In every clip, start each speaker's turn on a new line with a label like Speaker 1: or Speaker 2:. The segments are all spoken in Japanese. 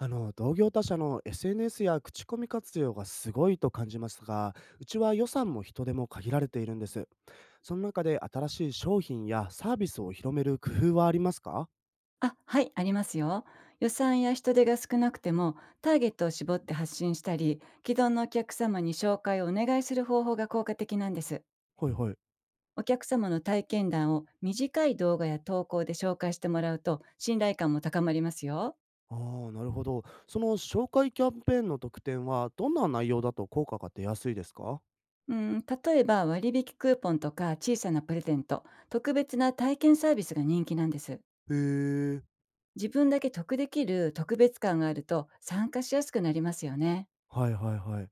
Speaker 1: あの同業他社の SNS や口コミ活用がすごいと感じますが、うちは予算も人手も限られているんです。その中で新しい商品やサービスを広める工夫はありますか？
Speaker 2: あ、はい、ありますよ。予算や人手が少なくても、ターゲットを絞って発信したり、既存のお客様に紹介をお願いする方法が効果的なんです。
Speaker 1: はいはい。
Speaker 2: お客様の体験談を短い動画や投稿で紹介してもらうと、信頼感も高まりますよ。
Speaker 1: ああ、なるほど。その紹介キャンペーンの特典はどんな内容だと効果が出やすいですか？
Speaker 2: うん、例えば割引クーポンとか小さなプレゼント、特別な体験サービスが人気なんです。
Speaker 1: へえ。
Speaker 2: 自分だけ得できる特別感があると参加しやすくなりますよね。
Speaker 1: はいはいはい。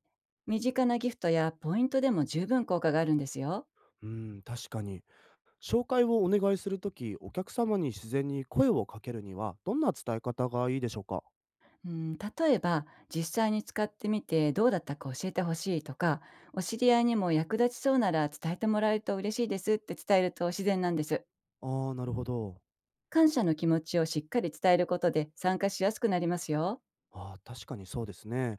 Speaker 2: 身近なギフトやポイントでも十分効果があるんですよ。
Speaker 1: うん、確かに。紹介をお願いするとき、お客様に自然に声をかけるにはどんな伝え方がいいでしょうか？
Speaker 2: うん、例えば実際に使ってみてどうだったか教えてほしいとか、お知り合いにも役立ちそうなら伝えてもらえると嬉しいですって伝えると自然なんです。
Speaker 1: ああー、なるほど。
Speaker 2: 感謝の気持ちをしっかり伝えることで参加しやすくなりますよ。
Speaker 1: ああ、確かにそうですね。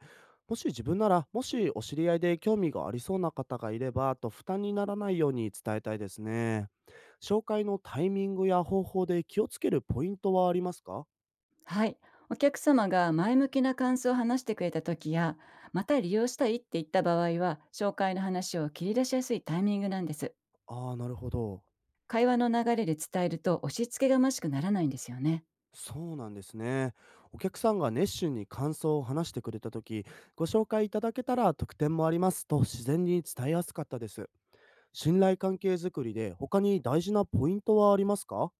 Speaker 1: もし自分なら、もしお知り合いで興味がありそうな方がいれば、と負担にならないように伝えたいですね。紹介のタイミングや方法で気をつけるポイントはありますか？
Speaker 2: はい。お客様が前向きな感想を話してくれた時や、また利用したいって言った場合は、紹介の話を切り出しやすいタイミングなんです。
Speaker 1: ああー、なるほど。
Speaker 2: 会話の流れで伝えると押し付けがましくならないんですよね。
Speaker 1: そうなんですね。お客さんが熱心に感想を話してくれたとき、ご紹介いただけたら特典もありますと自然に伝えやすかったです。信頼関係づくりで他に大事なポイントはありますか？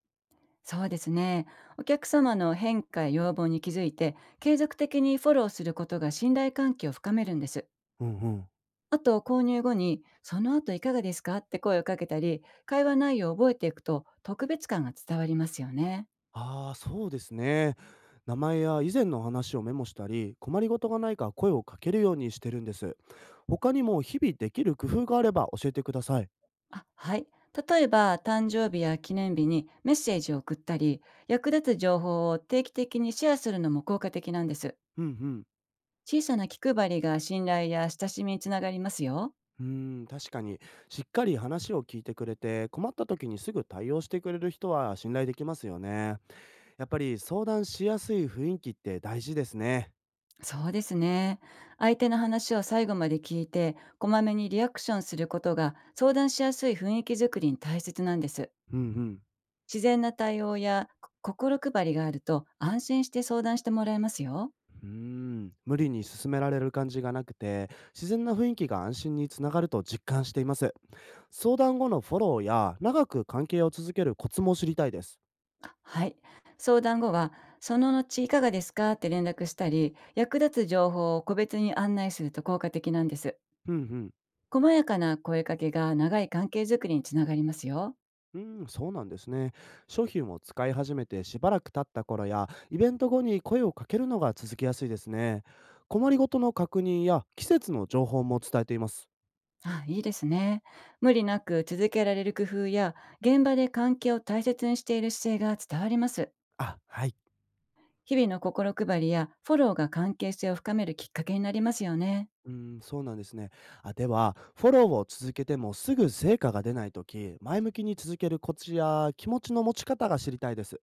Speaker 2: そうですね。お客様の変化や要望に気づいて、継続的にフォローすることが信頼関係を深めるんです。
Speaker 1: うんうん。
Speaker 2: あと、購入後に、その後いかがですかって声をかけたり、会話内容を覚えていくと特別感が伝わりますよね。
Speaker 1: ああ、そうですね。名前や以前の話をメモしたり、困りごとがないか声をかけるようにしてるんです。他にも日々できる工夫があれば教えてください。
Speaker 2: あ、はい。例えば、誕生日や記念日にメッセージを送ったり、役立つ情報を定期的にシェアするのも効果的なんです。
Speaker 1: うんうん。
Speaker 2: 小さな気配りが信頼や親しみにつながりますよ。
Speaker 1: うーん、確かに。しっかり話を聞いてくれて、困った時にすぐ対応してくれる人は信頼できますよね。やっぱり相談しやすい雰囲気って大事ですね。
Speaker 2: そうですね。相手の話を最後まで聞いて、こまめにリアクションすることが相談しやすい雰囲気づくりに大切なんです。
Speaker 1: うんうん。
Speaker 2: 自然な対応やこ心配りがあると安心して相談してもらえますよ。
Speaker 1: うーん、無理に進められる感じがなくて、自然な雰囲気が安心につながると実感しています。相談後のフォローや、長く関係を続けるコツも知りたいです。
Speaker 2: はい。相談後は、その後いかがですかって連絡したり、役立つ情報を個別に案内すると効果的なんです。
Speaker 1: うん
Speaker 2: 細やかな声かけが長い関係づくりにつながりますよ。
Speaker 1: うん。うん、そうなんですね。商品を使い始めてしばらく経った頃や、イベント後に声をかけるのが続きやすいですね。困りごとの確認や季節の情報も伝えています。
Speaker 2: あ、いいですね。無理なく続けられる工夫や、現場で関係を大切にしている姿勢が伝わります。
Speaker 1: あ、はい。
Speaker 2: 日々の心配りやフォローが関係性を深めるきっかけになりますよね。
Speaker 1: うん、そうなんですね。あ、では、フォローを続けてもすぐ成果が出ないとき、前向きに続けるコツや気持ちの持ち方が知りたいです。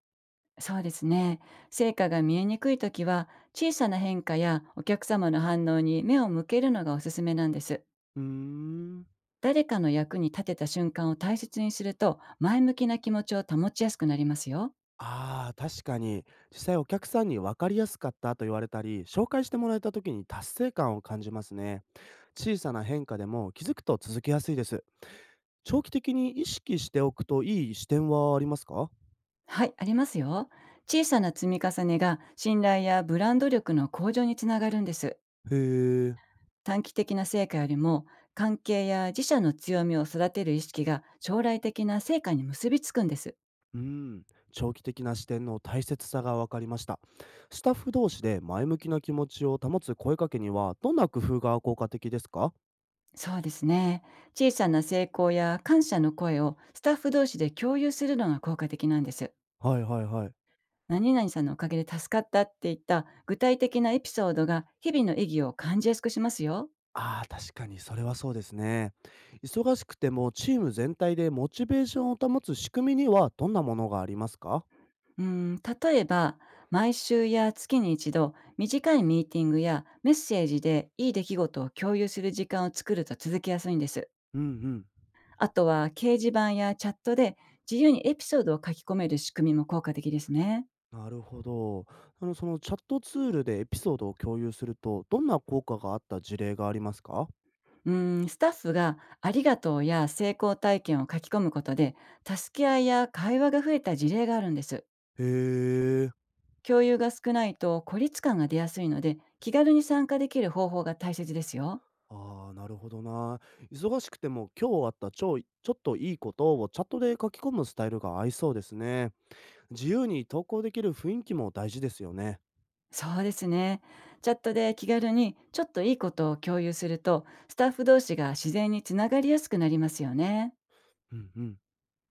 Speaker 2: そうですね。成果が見えにくいときは、小さな変化やお客様の反応に目を向けるのがおすすめなんです。
Speaker 1: うーん。
Speaker 2: 誰かの役に立てた瞬間を大切にすると、前向きな気持ちを保ちやすくなりますよ。
Speaker 1: ああ、確かに。実際お客さんに分かりやすかったと言われたり、紹介してもらえた時に達成感を感じますね。小さな変化でも気づくと続けやすいです。長期的に意識しておくといい視点はありますか？
Speaker 2: はい、ありますよ。小さな積み重ねが信頼やブランド力の向上につながるんです。
Speaker 1: へえ。
Speaker 2: 短期的な成果よりも、関係や自社の強みを育てる意識が将来的な成果に結びつくんです。
Speaker 1: うん。長期的な視点の大切さが分かりました。スタッフ同士で前向きな気持ちを保つ声かけには、どんな工夫が効果的ですか？
Speaker 2: そうですね。小さな成功や感謝の声をスタッフ同士で共有するのが効果的なんです。
Speaker 1: はいはいはい。
Speaker 2: 何々さんのおかげで助かったっていった具体的なエピソードが日々の意義を感じやすくしますよ。
Speaker 1: ああ、確かにそれはそうですね。忙しくてもチーム全体でモチベーションを保つ仕組みにはどんなものがありますか？
Speaker 2: うん、例えば、毎週や月に一度、短いミーティングやメッセージでいい出来事を共有する時間を作ると続きやすいんです。
Speaker 1: うんうん。
Speaker 2: あとは、掲示板やチャットで自由にエピソードを書き込める仕組みも効果的ですね。
Speaker 1: なるほど。そのチャットツールでエピソードを共有すると、どんな効果があった事例がありますか？
Speaker 2: うーん、スタッフがありがとうや成功体験を書き込むことで、助け合いや会話が増えた事例があるんです。
Speaker 1: へえ。
Speaker 2: 共有が少ないと孤立感が出やすいので、気軽に参加できる方法が大切ですよ。
Speaker 1: ああ、なるほどな。忙しくても今日あったちょっといいことをチャットで書き込むスタイルが合いそうですね。自由に投稿できる雰囲気も大事ですよね。
Speaker 2: そうですね。チャットで気軽にちょっといいことを共有すると、スタッフ同士が自然につながりやすくなりますよね。
Speaker 1: うんうん。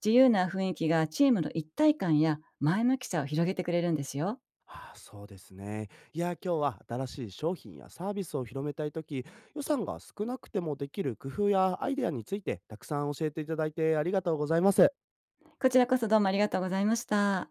Speaker 2: 自由な雰囲気がチームの一体感や前向きさを広げてくれるんですよ。
Speaker 1: ああ、そうですね。いや、今日は新しい商品やサービスを広めたいとき、予算が少なくてもできる工夫やアイデアについてたくさん教えていただいてありがとうございます。
Speaker 2: こちらこそ、どうもありがとうございました。